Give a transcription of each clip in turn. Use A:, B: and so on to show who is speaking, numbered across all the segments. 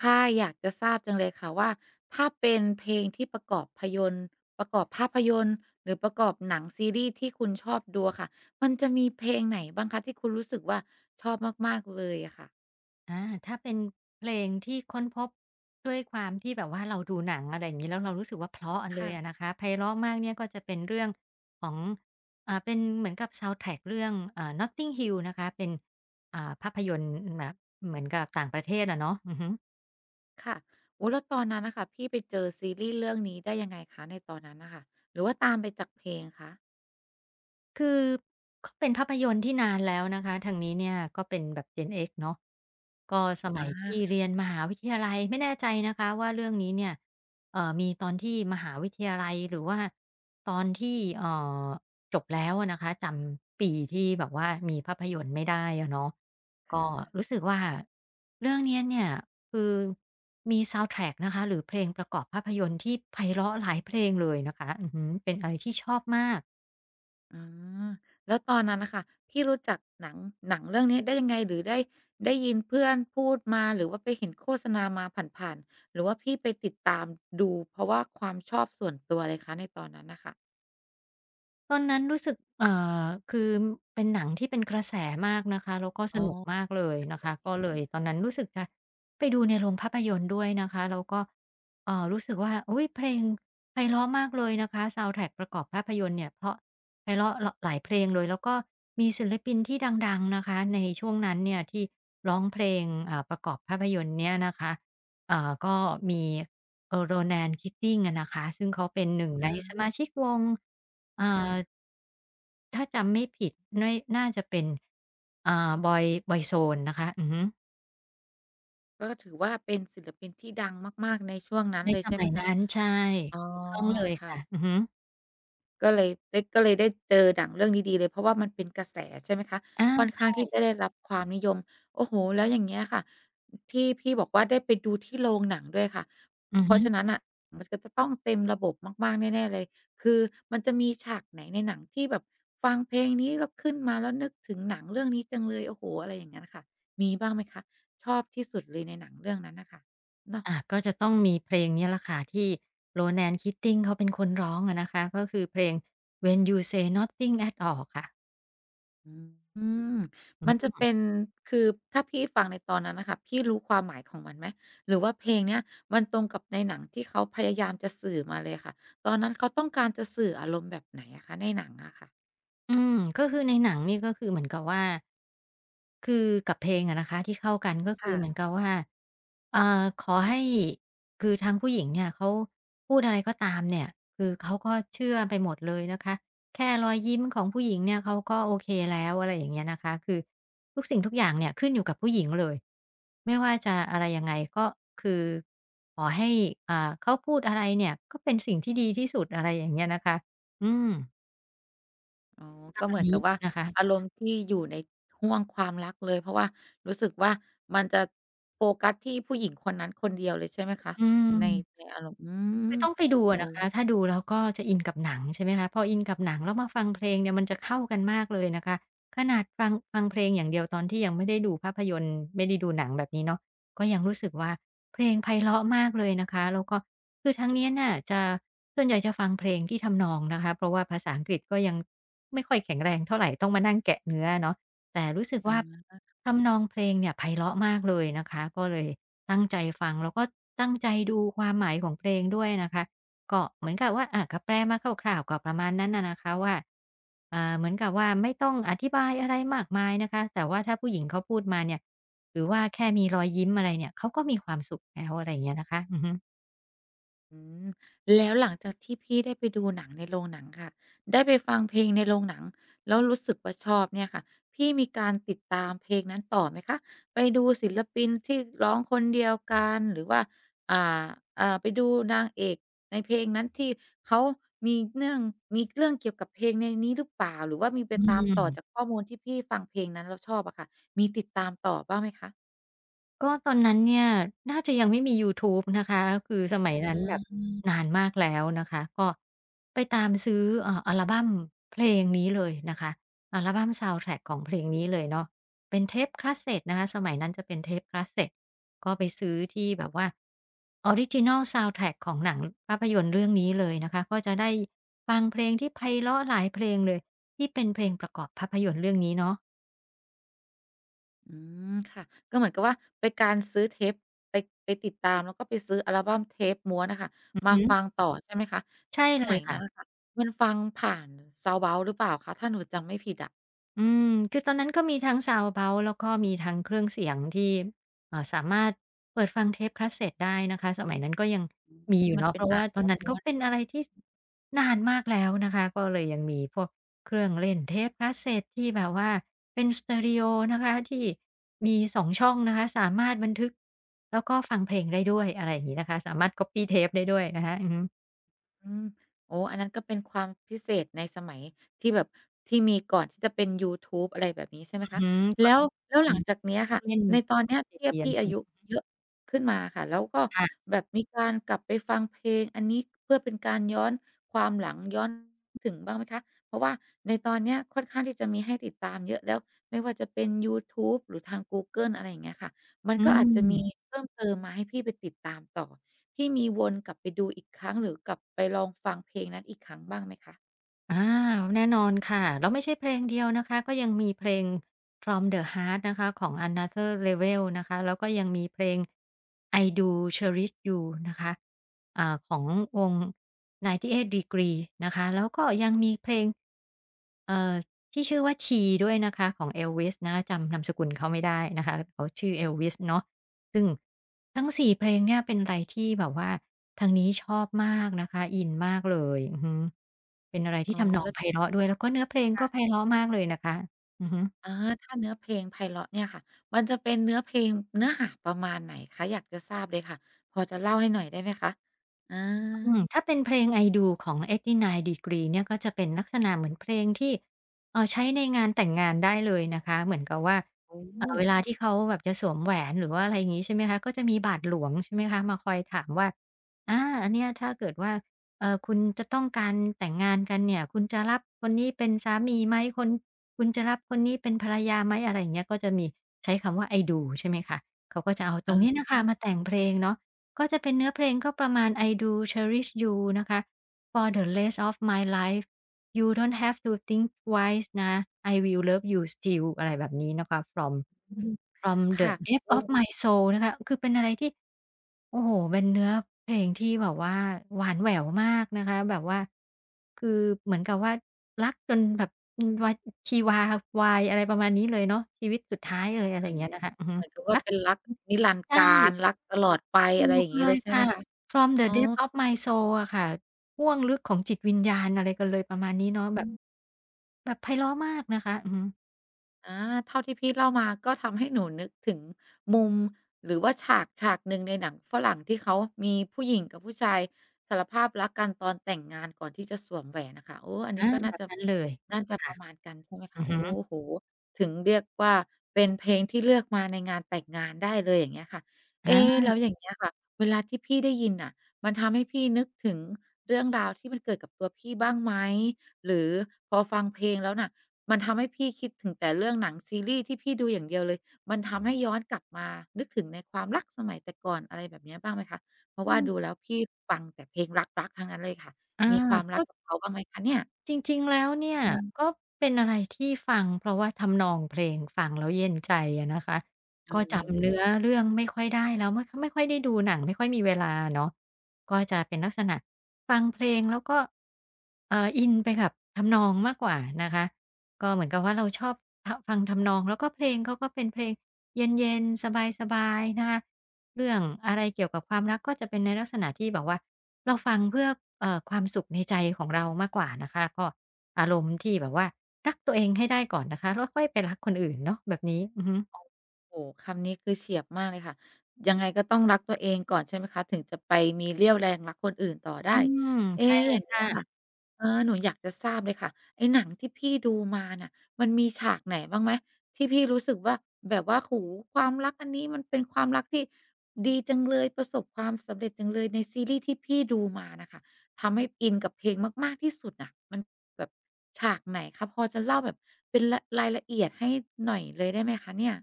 A: ค่ะอยากจะทราบจังเลยค่ะว่าถ้าเป็นเพลงที่ประกอบพยนตร์ประกอบภาพยนตร์หรือประกอบหนังซีรีส์ที่คุณชอบดูอะค่ะมันจะมีเพลงไหนบ้างคะที่คุณรู้สึกว่าชอบมากๆเลยอะค่ะ
B: อาถ้าเป็นเพลงที่ค้นพบด้วยความที่แบบว่าเราดูหนังอะไรอย่างงี้แล้วเรารู้สึกว่าเพราะเลย
A: ค่ะ
B: อะนะคะไพเราะมากเนี่ยก็จะเป็นเรื่องของเป็นเหมือนกับซาวนด์แทร็กเรื่องNotting Hill นะคะเป็นภาพยนตร์แบบเหมือนกับต่างประเทศอะเนาะอือฮึ
A: ค่ะโอ้แล้วตอนนั้นน่ะค่ะพี่ไปเจอซีรีส์เรื่องนี้ได้ยังไงคะในตอนนั้นน่ะค่ะหรือว่าตามไปจากเพลงคะ
B: คือก็เป็นภาพยนตร์ที่นานแล้วนะคะทางนี้เนี่ยก็เป็นแบบ Gen X เนาะก็สมั
A: อา
B: ยที่
A: ค่ะ
B: เรียนมหาวิทยาลัยไม่แน่ใจนะคะว่าเรื่องนี้เนี่ยมีตอนที่มหาวิทยาลัยหรือว่าตอนที่อจบแล้วอะนะคะจำปีที่แบบว่ามีภาพยนตร์ไม่ได้อะเนาะก็
A: ค่ะ
B: รู้สึกว่าเรื่องเนี่ยคือมีซาวด์แทร็กนะคะหรือเพลงประกอบภาพยนตร์ที่ไพเราะหลายเพลงเลยนะคะอือฮึเป็นอะไรที่ชอบมาก
A: อาแล้วตอนนั้นน่ะค่ะพี่รู้จักหนังเรื่องนี้ได้ยังไงหรือได้ยินเพื่อนพูดมาหรือว่าไปเห็นโฆษณามาผ่านๆหรือว่าพี่ไปติดตามดูเพราะว่าความชอบส่วนตัวเลยคะในตอนนั้นน่ะค่ะ
B: ตอนนั้นรู้สึกอคือเป็นหนังที่เป็นกระแสมากนะคะแล้วก็ส
A: อ๋อ
B: นุกมากเลยนะ
A: โอ
B: คะก็
A: เค
B: เลยตอนนั้นรู้สึกจะไปดูในโรงภาพยนตร์ด้วยนะคะแล้วก็รู้สึกว่าอุ๊ยเพลงไพเราะมากเลยนะคะซาวด์แทร็กประกอบภาพยนตร์เนี่ยเพราะไพเราะลหลายเพลงเลยแล้วก็มีศิลปินที่ดังๆนะคะในช่วงนั้นเนี่ยที่ร้องเพลงประกอบภาพยนตร์เนี่ยนะคะ อ่าก็มีRonan Keating อะนะคะซึ่งเขาเป็นหนึ่งในส
A: อา
B: มาชิกวงอ่
A: ค่ะ
B: าถ้าจำไม่ผิดน่อยน่าจะเป็นBoy b o นนะคะอือฮึ
A: ก็ถือว่าเป็นศิลปินที่ดังมากๆในช่วงนั้น
B: ใน
A: เลย
B: ส
A: ใช่ไห
B: มั
A: ม
B: ย
A: คะ
B: นั้นใช่
A: อ๋อ
B: ถูกต้องเลย
A: ค่ะ
B: ค่ะอือฮึ
A: ก็เลยได้เจอหนังเรื่องดีๆเลยเพราะว่ามันเป็นกระแสใช่ไหมคะ
B: อา
A: ค่อนข้าง
B: ช
A: ที่จะได้รับความนิยมโอ้โฮแล้วอย่างเงี้ยค่ะที่พี่บอกว่าได้ไปดูที่โรงหนังด้วยค่ะ
B: อือ
A: เพ
B: ฮึ
A: ราะฉะนั้นน่ะมันก็จะต้องเต็มระบบมากๆแน่ๆเลยคือมันจะมีฉากไหนในหนังที่แบบฟังเพลงนี้แล้วขึ้นมาแล้วนึกถึงหนังเรื่องนี้จังเลยโอ้โฮอะไรอย่างงั้นค่ะมีบ้างไหมคะชอบที่สุดเลยในหนังเรื่องนั้นน่ะค่ะเนาะ
B: อาก็จะต้องมีเพลงนี้แหละค่ะที่ Ronan Keating เขาเป็นคนร้องอะนะคะก็คือเพลง When You Say Nothing at All ค่ะ
A: อืมมันจะเป็นคือถ้าพี่ฟังในตอนนั้นน่ะค่ะพี่รู้ความหมายของมันไหมหรือว่าเพลงเนี้ยมันตรงกับในหนังที่เขาพยายามจะสื่อมาเลยค่ะตอนนั้นเขาต้องการจะสื่ออารมณ์แบบไหนอะคะในหนังอะค่ะ
B: อืมก็คือในหนังนี่ก็คือเหมือนกับว่าคือกับเพลงอะนะคะที่เข้ากันก็คือ
A: ค่ะ
B: เหมือนกับว่าอ่าขอให้คือทางผู้หญิงเนี่ยเขาพูดอะไรก็ตามเนี่ยคือเขาก็เชื่อไปหมดเลยนะคะแค่รอยยิ้มของผู้หญิงเนี่ยเขาก็โอเคแล้วอะไรอย่างเงี้ยนะคะคือทุกสิ่งทุกอย่างเนี่ยขึ้นอยู่กับผู้หญิงเลยไม่ว่าจะอะไรยังไงก็คือขอให้เขาพูดอะไรเนี่ยก็เป็นสิ่งที่ดีที่สุดอะไรอย่างเงี้ยนะคะอืม
A: อ๋อ
B: ประ
A: ก็
B: มา
A: เห
B: ณ
A: มือน
B: นี้
A: กับว่า
B: นะคะ
A: อารมณ์ที่อยู่ในห้วงความรักเลยเพราะว่ารู้สึกว่ามันจะโฟกัสที่ผู้หญิงคนนั้นคนเดียวเลยใช่ไหมคะ
B: อืม
A: ในอารมณ์อืม
B: คือต้องไปดู
A: โอ้
B: อะนะคะถ้าดูแล้วก็จะอินกับหนังใช่ไหมคะพออินกับหนังแล้วมาฟังเพลงเนี่ยมันจะเข้ากันมากเลยนะคะขนาดฟังเพลงอย่างเดียวตอนที่ยังไม่ได้ดูภาพยนตร์ไม่ได้ดูหนังแบบนี้เนาะก็ยังรู้สึกว่าเพลงไพเราะมากเลยนะคะแล้วก็คือทางเนี้ยน่ะจะส่วนใหญ่จะฟังเพลงที่ทำนองนะคะเพราะว่าภาษาอังกฤษก็ยังไม่ค่อยแข็งแรงเท่าไรต้องมานั่งแกะเนื้ออะเนาะแต่รู้สึกว่า
A: อา
B: ทำนองเพลงเนี่ยไพเราะมากเลยนะคะก็เลย ตั้งใจฟังแล้วก็ตั้งใจดูความหมายของเพลงด้วยนะคะก็เหมือนกับว่าอาก็แปลมาคร่าวๆก็ประมาณนั้นน่ะนะคะว่าเหมือนกับว่าไม่ต้องอธิบายอะไรมากมายนะคะแต่ว่าถ้าผู้หญิงเขาพูดมาเนี่ยหรือว่าแค่มีรอยยิ้มอะไรเนี่ยเขาก็มีความสุขแล้วอะไรอย่างเงี้ยนะคะอือฮึ
A: อืมแล้วหลังจากที่พี่ได้ไปดูหนังในโรงหนังค่ะได้ไปฟังเพลงในโรงหนังแล้วรู้สึกว่าชอบเนี่ยค่ะพี่มีการติดตามเพลงนั้นต่อไหมคะไปดูศิลปินที่ร้องคนเดียวกันหรือว่าอ่าไปดูนางเอกในเพลงนั้นที่เขามีเนื่อง มีเรื่องเกี่ยวกับเพลงในนี้หรือเปล่า หรือว่ามีไป
B: อื
A: ตาม
B: ม
A: ต่อจากข้อมูลที่พี่ฟังเพลงนั้นแล้วชอบอะค่ะมีติดตามต่อบ้างไหมคะ
B: ก็ตอนนั้นเนี่ยน่าจะยังไม่มียูทูบนะคะคือสมัยนั้นแบบ
A: อา
B: นานมากแล้วนะคะก็ไปตามซื้ออัลบัมเพลงนี้เลยนะคะอัลบัมซาวด์แทร็กของเพลงนี้เลยเนาะเป็นเทปคาสเซตนะคะสมัยนั้นจะเป็นเทปคาสเซตก็ไปซื้อที่แบบว่าออริจินัลซาวด์แทร็กของหนังภาพยนตร์เรื่องนี้เลยนะคะก็จะได้ฟังเพลงที่ไพเราะหลายเพลงเลยที่เป็นเพลงประกอบภาพยนตร์เรื่องนี้เนาะ
A: อืมค่ะก็เหมือนกับว่าเป็นการซื้อเทปไปไปติดตามแล้วก็ไปซื้ออัลบัมเทปม้วนน่ะค่ะ
B: อือ
A: มา
B: ฮึ
A: ฟังต่อใช่ไหมคะ
B: ใช่
A: ส
B: เลย
A: มัย
B: ค่ะ
A: นั้นน่ะค่ะมันฟังผ่านซาวด์เบาซ์หรือเปล่าคะถ้าหนูจำไม่ผิดอะ
B: อืมคือตอนนั้นก็มีทั้ง Sound About แล้วก็มีทั้งเครื่องเสียงที่สามารถเปิดฟังเทป Cassette ได้นะคะสมัยนั้นก็ยัง
A: อืม
B: มีอ
A: ที่
B: ยู่
A: มัน
B: เนาะ
A: เป็
B: เพ
A: น
B: ราะ
A: อ่า
B: ว่า
A: น
B: ตอ
A: ม
B: นนั้น
A: ้
B: ก็
A: วน
B: เป็
A: ๆ
B: นอะไรที่นานมากแล้วนะคะก็เลยยังมีพวกเครื่องเล่นเทป Cassette ที่แบบว่าเป็นสเตอริโอนะคะที่มี2 ช่องนะคะสามารถบันทึกแล้วก็ฟังเพลงได้ด้วยอะไรอย่างงี้นะคะสามารถ Copy เทปได้ด้วยนะคะอือฮึ
A: อืมโอ้อันนั้นก็เป็นความพิเศษในสมัยที่แบบที่มีก่อนที่จะเป็นยูทูบอะไรแบบนี้ใช่ไหม
B: อือ
A: คะ
B: ฮึก่อ
A: แล้
B: น
A: ว
B: ที่
A: แล้วห
B: อื
A: ลัง
B: ม
A: จากเนี้ย
B: เครื่อง
A: ค่ะ
B: เล่น
A: ในตอนเนี้
B: d
A: ย
B: v ี
A: เทียบ
B: ดีอะไร
A: พี่
B: พว
A: อา
B: ก
A: ยุ
B: นี้
A: เยอะขึ้นมาค่ะแล้วก็
B: ค่ะ
A: แบบมีการกลับไปฟังเพลงอันนี้เพื่อเป็นการย้อนความหลังย้อนถึงบ้างไหมคะเพราะว่าในตอนเนี้ยค่อนข้างที่จะมีให้ติดตามเยอะแล้วไม่ว่าจะเป็นยูทูบหรือทางกูเกิลอะไรอย่างเงี้ยค่ะมัน
B: อื
A: ก็อาจจะมี
B: ม
A: เพิ่มเติมมาให้พี่ไปติดตามต่อ พี่มีวนกลับไปดูอีกครั้งหรือกลับไปลองฟังเพลงนั้นอีกครั้งบ้างไหมคะ
B: อาแน่นอนค่ะแล้วไม่ใช่เพลงเดียวนะคะก็ยังมีเพลง From the Heart นะคะของ Another Level นะคะแล้วก็ยังมีเพลง I Do Cherish You นะคะของวง98 Degree นะคะแล้วก็ยังมีเพลงเอ่อที่ชื่อว่า She ด้วยนะคะของ Elvis นะจำนามสกุลเขาไม่ได้นะคะเขาชื่อ Elvis เนาะ ซึ่งทั้งสี่เพลงเนี่ยเป็นอะไรที่แบบว่าทางนี้ชอบมากนะคะอินมากเลยอือฮึเป็นอะไรที่
A: อ๋อ
B: ทำนอง
A: แล้ว
B: ไพ
A: ที่
B: เราะด้วยแล้วก็เนื้อเพลงก็
A: ค่ะ
B: ไพเราะมากเลยนะคะอือฮึ
A: อาถ้าเนื้อเพลงไพเราะเนี่ยค่ะมันจะเป็นเนื้อเพลงเนื้อหาประมาณไหนคะอยากจะทราบเลยค่ะพอจะเล่าให้หน่อยได้ไหมคะอา
B: ถ้าเป็นเพลง I Do ของ89 Degree เนี่ยก็จะเป็นลักษณะเหมือนเพลงที่ใช้ในงานแต่งงานได้เลยนะคะเหมือนกับว่า
A: โอ้โฮ
B: เวลาที่เขาแบบจะสวมแหวนหรือว่าอะไรอย่างงี้ใช่ไหมคะก็จะมีบาทหลวงใช่ไหมคะมาคอยถามว่าอาอันเนี้ยถ้าเกิดว่าคุณจะต้องการแต่งงานกันเนี่ยคุณจะรับคนนี้เป็นสามีไหมคนคุณจะรับคนนี้เป็นภรรยาไหมอะไรอย่างเงี้ยก็จะมีใช้คำว่า I Do ใช่ไหมคะเขาก็จะเอาตร
A: อา
B: งนี้น่ะค่ะมาแต่งเพลงเนาะ ก็จะเป็นเนื้อเพลงก็ประมาณ I do cherish you นะคะ For the rest of my life You don't have to think twice นะ I will love you still อะไรแบบนี้นะคะ From From the
A: ค่ะ
B: depth
A: โอ้
B: of my soul นะคะ คือเป็นอะไรที่ โอ้โฮเป็นเนื้อเพลงที่แบบว่าหวานแหววมากนะคะ แบบว่าคือเหมือนกับว่ารักจนแบบวาชีวาวายอะไรประมาณนี้เลยเนาะชีวิตสุดท้ายเลยอะไร
A: อ๋
B: อ
A: อ
B: ย่างเงี้ยนะคะอือฮึ
A: เหมือนกับว่า
B: รัก
A: เป็นรักนิรันดร์
B: ใช่
A: กาลรักตลอดไป
B: ถู
A: อะไรอ
B: ก
A: ย่างงี้
B: เล
A: เล
B: ย
A: ยใช่ไหม
B: ค่ะ
A: คะ
B: From the
A: อ๋อ
B: Depth of My Soul อะค่ะห้วงลึกของจิตวิญญาณอะไรกันเลยประมาณนี้เนาะแบ
A: อื
B: บ
A: ม
B: แบบไพเราะมากนะคะ อือฮึ
A: อาเท่าที่พี่เล่ามาก็ทำให้หนูนึกถึงมุมหรือว่าฉากหนึ่งในหนังฝรั่งที่เขามีผู้หญิงกับผู้ชายสารภาพรักกันตอนแต่งงานก่อนที่จะสวมแหวนน่ะค่ะโอ้อันนี้
B: อา
A: ก็
B: แบ
A: น่า
B: บ
A: จะ
B: นั้นเลย
A: น่าจะป
B: ค่ะ
A: ระมาณกันใช่ไหม
B: อื
A: คะ
B: อฮึ
A: โอ้โฮถึงเรียกว่าเป็นเพลงที่เลือกมาในงานแต่งงานได้เลยอย่างเงี้ยค่ะเอ๊
B: อา
A: แล้วอย่างเงี้ยค่ะเวลาที่พี่ได้ยินน่ะมันทำให้พี่นึกถึงเรื่องราวที่มันเกิดกับตัวพี่บ้างไหมหรือพอฟังเพลงแล้วน่ะ มันทำให้พี่คิดถึงแต่เรื่องหนังซีรีส์ที่พี่ดูอย่างเดียวเลย มันทำให้ย้อนกลับมา นึกถึงในความรักสมัยแต่ก่อนอะไรแบบเนี้ยบ้างไหมคะเพราะ
B: อื
A: ว่าดู
B: ม
A: แล้วพี่ฟังแต่เพลงรักๆทั้งนั้นเลยค่ะ
B: อ
A: มีความรัก
B: า
A: กับเขาบ้างไหมคะเนี่ย
B: จริงๆ แล้วเนี่ย
A: อืม
B: ก็เป็นอะไรที่ฟังเพราะว่าทำนองเพลงฟังแล้วเย็นใจอะนะคะ
A: อื
B: ก็จำเนื้อ
A: ม
B: เรื่องไม่ค่อยได้แล้วไม่ค่อยได้ดูหนังไม่ค่อยมีเวลาเนาะก็จะเป็นลักษณะฟังเพลงแล้วก็อินไปกับทำนองมากกว่านะคะก็เหมือนกับว่าเราชอบฟังทำนองแล้วก็เพลงเขาก็เป็นเพลงเย็นๆสบายๆนะคะเรื่องอะไรเกี่ยวกับความรักก็จะเป็นในลักษณะที่แบบว่า เราฟังเพื่อความสุขในใจของเรามากกว่านะคะก็อารมณ์ที่แบบว่ารักตัวเองให้ได้ก่อนนะคะแล้วค่อยไปรักคนอื่นเนาะแบบนี้อือฮึ
A: โอ้โฮคำนี้คือเฉียบมากเลยค่ะยังไงก็ต้องรักตัวเองก่อนใช่ไหมคะถึงจะไปมีเรี่ยวแรงรักคนอื่นต่อ
B: อื
A: ได้
B: มใช่
A: เอ๊ะ
B: เล
A: อ
B: ย
A: ย่างเงี้ย
B: ค่ะ
A: ค่ะ เออหนูอยากจะทราบเลยค่ะไอ้หนังที่พี่ดูมาน่ะมันมีฉากไหนบ้างไหมที่พี่รู้สึกว่าแบบว่าโอ้โฮความรักอันนี้มันเป็นความรักที่ดีจังเลยประสบความสำเร็จจังเลยในซีรีส์ที่พี่ดูมาน่ะค่ะทำให้อินกับเพลงมากๆที่สุดน่ะมันแบบฉากไหนคะพอจะเล่าแบบเป็นรายละเอียดให้หน่อยเลยได้ไหมคะเนี่ย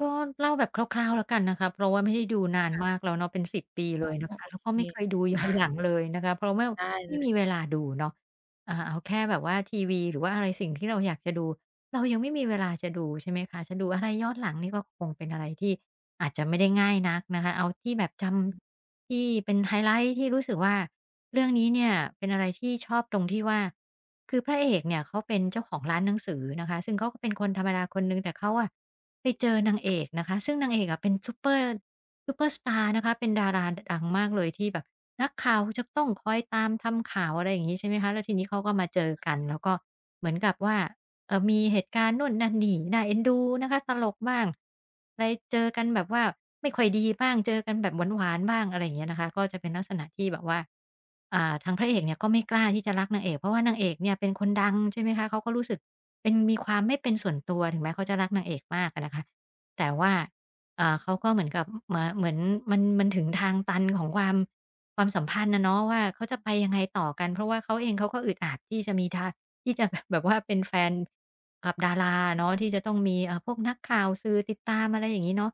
B: ก็เล่าแบบคร่าวๆแล้วกันนะคะเพราะว่าไม่ได้ดูนานมากแล้วเนาะเป็น10 ปี
A: อ๋
B: เล
A: อ
B: ยนะคะ
A: โอ
B: แล้ว
A: เค
B: ก็ไม่เคยดูย้อน
A: นา
B: ห
A: น
B: ลังเลยนะคะเพราะว่า
A: ได้เล
B: ไม่มีเว
A: ย
B: ลาดูเนาะเอาแค่แบบว่าทีวีหรือว่าอะไรสิ่งที่เราอยากจะดูเรายังไม่มีเวลาจะดูใช่ไหมคะจะดูอะไรย้อนหลังนี่ก็คงเป็นอะไรที่อาจจะไม่ได้ง่ายนักนะคะเอาที่แบบจำที่เป็นไฮไลต์ที่รู้สึกว่าเรื่องนี้เนี่ยเป็นอะไรที่ชอบตรงที่ว่าคือพระเอกเนี่ยเขาเป็นเจ้าของร้านหนังสือนะคะซึ่งเขาก็เป็นคนธรรมดาคนหนึ่งแต่เขาอะ ไปเจอนางเอกนะคะซึ่งนางเอกอะเป็นซูเปอร์สตาร์นะคะเป็นดาราดังมากเลยที่แบบนักข่าวจะต้องคอยตามทำข่าวอะไรอย่างงี้ใช่ไหมคะแล้วทีนี้เขาก็มาเจอกันแล้วก็เหมือนกับว่ามีเหตุการณ์นู่นนั่นนี่น่าเอ็นดูนะคะตลกบ้างไปเจอกันแบบว่าไม่ค่อยดีบ้างเจอกันแบบหวานๆบ้างอะไรอย่างเงี้ยนะคะก็จะเป็นลักษณะที่แบบว่า ทางพระเอกเนี่ยก็ไม่กล้าที่จะรักนางเอกเพราะว่านางเอกเนี่ยเป็นคนดังใช่ไหมคะเขาก็รู้สึกเป็นมีความไม่เป็นส่วนตัวถึงแม้เขาจะรักนางเอกมากอะนะคะแต่ว่าเขาก็เหมือนกับมาเหมือนมันถึงทางตันของความสัมพันธ์อะเนาะว่าเขาจะไปยังไงต่อกันเพราะว่าเขาเองเขาก็อึดอัดที่จะมีทาที่จะ แบบว่าเป็นแฟนกับดาราอะเนาะที่จะต้องมีพวกนักข่าวสื่อติดตามอะไรอย่างงี้เนาะ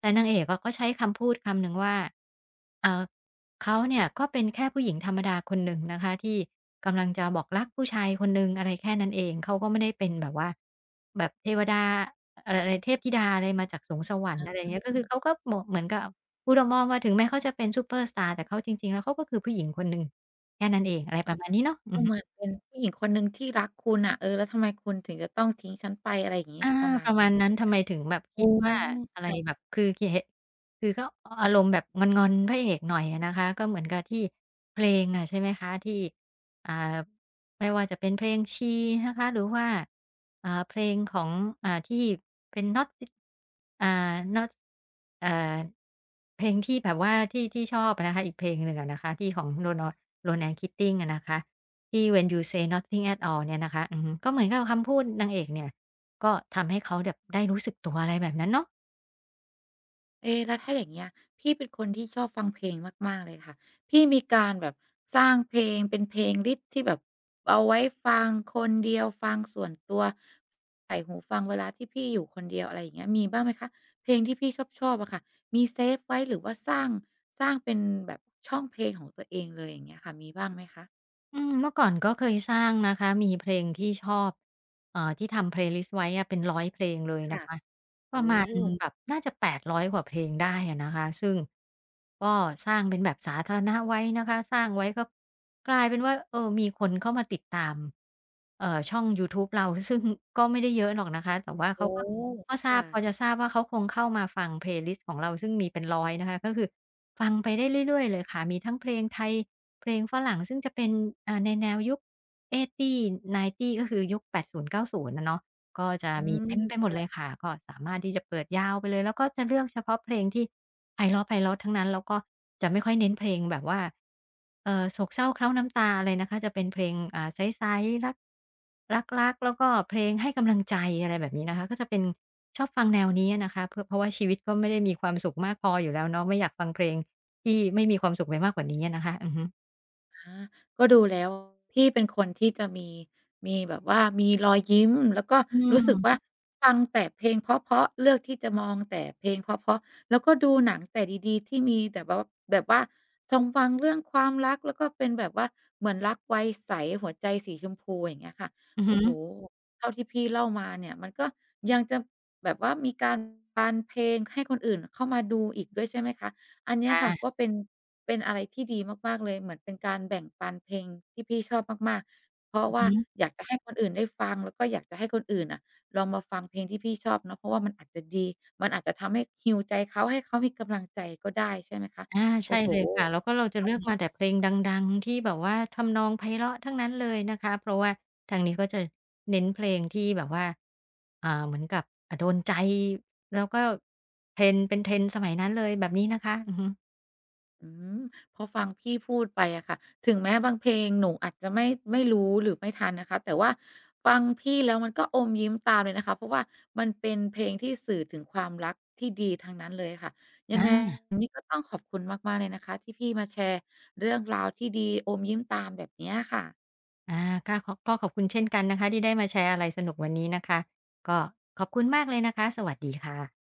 B: แต่นางเอกอะก็ใช้คำพูดคำหนึ่งว่าเอ่อ เขาเนี่ยก็เป็นแค่ผู้หญิงธรรมดาคนหนึ่งนะคะที่กำลังจะบอกรักผู้ชายคนหนึ่งอะไรแค่นั้นเองเขาก็ไม่ได้เป็นแบบว่าแบบเทวดาอะไรอะไรเทพธิดาอะไรมาจากสูงสวรรค์อะไรอย่างเงี้ยก็คือเขาก็โหมะเหมือนกับพูดออกมองว่าถึงแม้เขาจะเป็นซูเปอร์สตาร์แต่เขาจริงๆแล้วเขาก็คือผู้หญิงคนหนึ่งแค่นั้นเองอะไรป
A: อา
B: ระมาณนี้เนาะอื
A: ก็
B: อ
A: เหมือ
B: ฮึ
A: นเป็นผู้หญิงคนหนึ่งที่รักคุณน่ะเออแล้วทำไมคุณถึงจะต้องทิ้งฉันไปอะไรอย่างงี้
B: อา
A: ประมา
B: ป
A: ณ
B: ระ
A: นี้
B: มาณนั้นทำไมถึงแบบคิ
A: อ๋อ
B: ดว่าอะไรแบบ
A: ค่ะ
B: คือคเหคือก็ออารมณ์แบบงอนๆพระเอกหน่อยอะนะคะก็เหมือนกับที่เพลงอะใช่ไหมคะที่อ่าไม่ว่าจะเป็นเพลงช h นะคะหรือว่าเพลงของที่เป็น Not si- อ่า Not เอ่อเพลงที่แบบว่าที่ชอบอะนะคะอีกเพลงหนึ่งอะนะคะที่ของ Ronan Keating อะนะคะที่ When You Say Nothing at All เนี่ยนะคะอือฮึก็เหมือนกับคำพูดนางเอกเนี่ย ก็ทำให้เขาแบบได้รู้สึกตัวอะไรแบบนั้นเนาะ
A: เอ๊แล้วถ้าอย่างเงี้ยพี่เป็นคนที่ชอบฟังเพลงมากๆเลยค่ะพี่มีการแบบสร้างเพลงเป็นเพลงลิสต์ที่แบบเอาไว้ฟังคนเดียวฟังส่วนตัวใส่หูฟังเวลาที่พี่อยู่คนเดียวอะไรอย่างเงี้ยมีบ้างไหมคะเพลงที่พี่ชอบๆอะค่ะมีเซฟไว้หรือว่าสร้างเป็นแบบช่องเพลงของตัวเองเลยอย่างเงี้ยค่ะมีบ้างไหมคะ
B: อืมเมื่อก่อนก็เคยสร้างนะคะมีเพลงที่ชอบที่ทำ playlist ไว้อะเป็นร้อยเพลงเลยนะ
A: ค่ะ
B: คะป
A: โอ้
B: ระมาณแบบน่าจะ800กว่าเพลงได้อะนะคะซึ่งก็สร้างเป็นแบบสาธารณะไว้นะคะสร้างไว้ก็กลายเป็นว่าเออมีคนเข้ามาติดตามช่องยูทูบเรา ซึ่งก็ไม่ได้เยอะหรอกนะคะแต่ว่าเขา
A: โอ้
B: ก็ทราบ
A: ค่ะ
B: พอจะทราบว่าเขาคงเข้ามาฟัง playlist ของเราซึ่งมีเป็น100นะคะก็คือฟังไปได้เรื่อยๆเลยค่ะมีทั้งเพลงไทย เพลงฝรั่งซึ่งจะเป็นในแนวยุค 80, 90ก็คือยุคแปดศูนย์เก้าศูนย์อะเนาะก็จะ
A: อื
B: มีเต็มไปหมด
A: ม
B: เลยค่ะก็สามารถที่จะเปิดยาวไปเลยแล้วก็จะเลือกเฉพาะเพลงที่ไพเราะทั้งนั้นแล้วก็จะไม่ค่อยเน้นเพลงแบบว่าโศกเศร้าเคล้าน้ำตาอะไรนะคะจะเป็นเพลงใสๆรักๆแล้วก็เพลงให้กำลังใจอะไรแบบนี้นะคะก็จะเป็นชอบฟังแนวนี้อะนะคะเพื่อเพราะว่าชีวิตก็ไม่ได้มีความสุขมากพออยู่แล้วเนาะไม่อยากฟังเพลงที่ไม่มีความสุขไปมากกว่านี้อะนะคะอือฮึ
A: อาก็ดูแล้วพี่เป็นคนที่จะมีแบบว่ามีรอยยิ้มแล้วก็
B: อื
A: รู้
B: ม
A: สึกว่าฟังแต่เพลงเพราะๆเลือกที่จะมองแต่เพลงเพราะๆแล้วก็ดูหนังแต่ดีๆที่มีแต่แบบว่าทรงฟังเรื่องความรักแล้วก็เป็นแบบว่าเหมือนรักไวใสหัวใจสีชมพูอย่างเงี้ยค่ะ
B: อือฮึ
A: โอ้โฮเท่าที่พี่เล่ามาเนี่ยมันก็ยังจะแบบว่ามีการปานเพลงให้คนอื่นเข้ามาดูอีกด้วยใช่ไหมคะ อันเนี้ยค่ะก็
B: ค่ะ
A: เป็นเป็นอะไรที่ดีมากๆ เลยเหมือนเป็นการแบ่งปันเพลงที่พี่ชอบมากๆเพราะ
B: อือ
A: ว่า
B: ฮึ
A: อยากจะให้คนอื่นได้ฟังแล้วก็อยากจะให้คนอื่นน่ะลองมาฟังเพลงที่พี่ชอบเนาะเพราะว่ามันอาจจะดีมันอาจจะทำให้ heal ใจเขาให้เขามีกำลังใจก็ได้ใช่ไหมคะ
B: อาใช่
A: โอ้โฮ
B: เลยค่ะแล้วก็เราจะ
A: อั
B: เลือกมา
A: น
B: แต่เพลงดังๆที่แบบว่าทำนองไพเราะทั้งนั้นเลยนะคะเพราะว่าทางนี้ก็จะเน้นเพลงที่แบบว่าเหมือนกับโดนใจแล้วก็ trend สมัยนั้นเลยแบบนี้นะคะอือฮึ
A: อืมพอฟังพี่พูดไปอะค่ะถึงแม้บางเพลงหนูอาจจะไม่รู้หรือไม่ทันนะคะแต่ว่าฟังพี่แล้วมันก็อมยิ้มตามเลยนะคะเพราะว่ามันเป็นเพลงที่สื่อถึงความรักที่ดีทั้งนั้นเลยค่ะยังไง
B: อา
A: วันนี้ก็ต้องขอบคุณมากๆเลยนะคะที่พี่มาแชร์เรื่องราวที่ดีอมยิ้มตามแบบเนี้ยค่ะ
B: อาก็ก็ขอบคุณเช่นกันนะคะที่ได้มาแชร์อะไรสนุกวันนี้นะคะก็ขอบคุณมากเลยนะคะสวัสดีค่ะ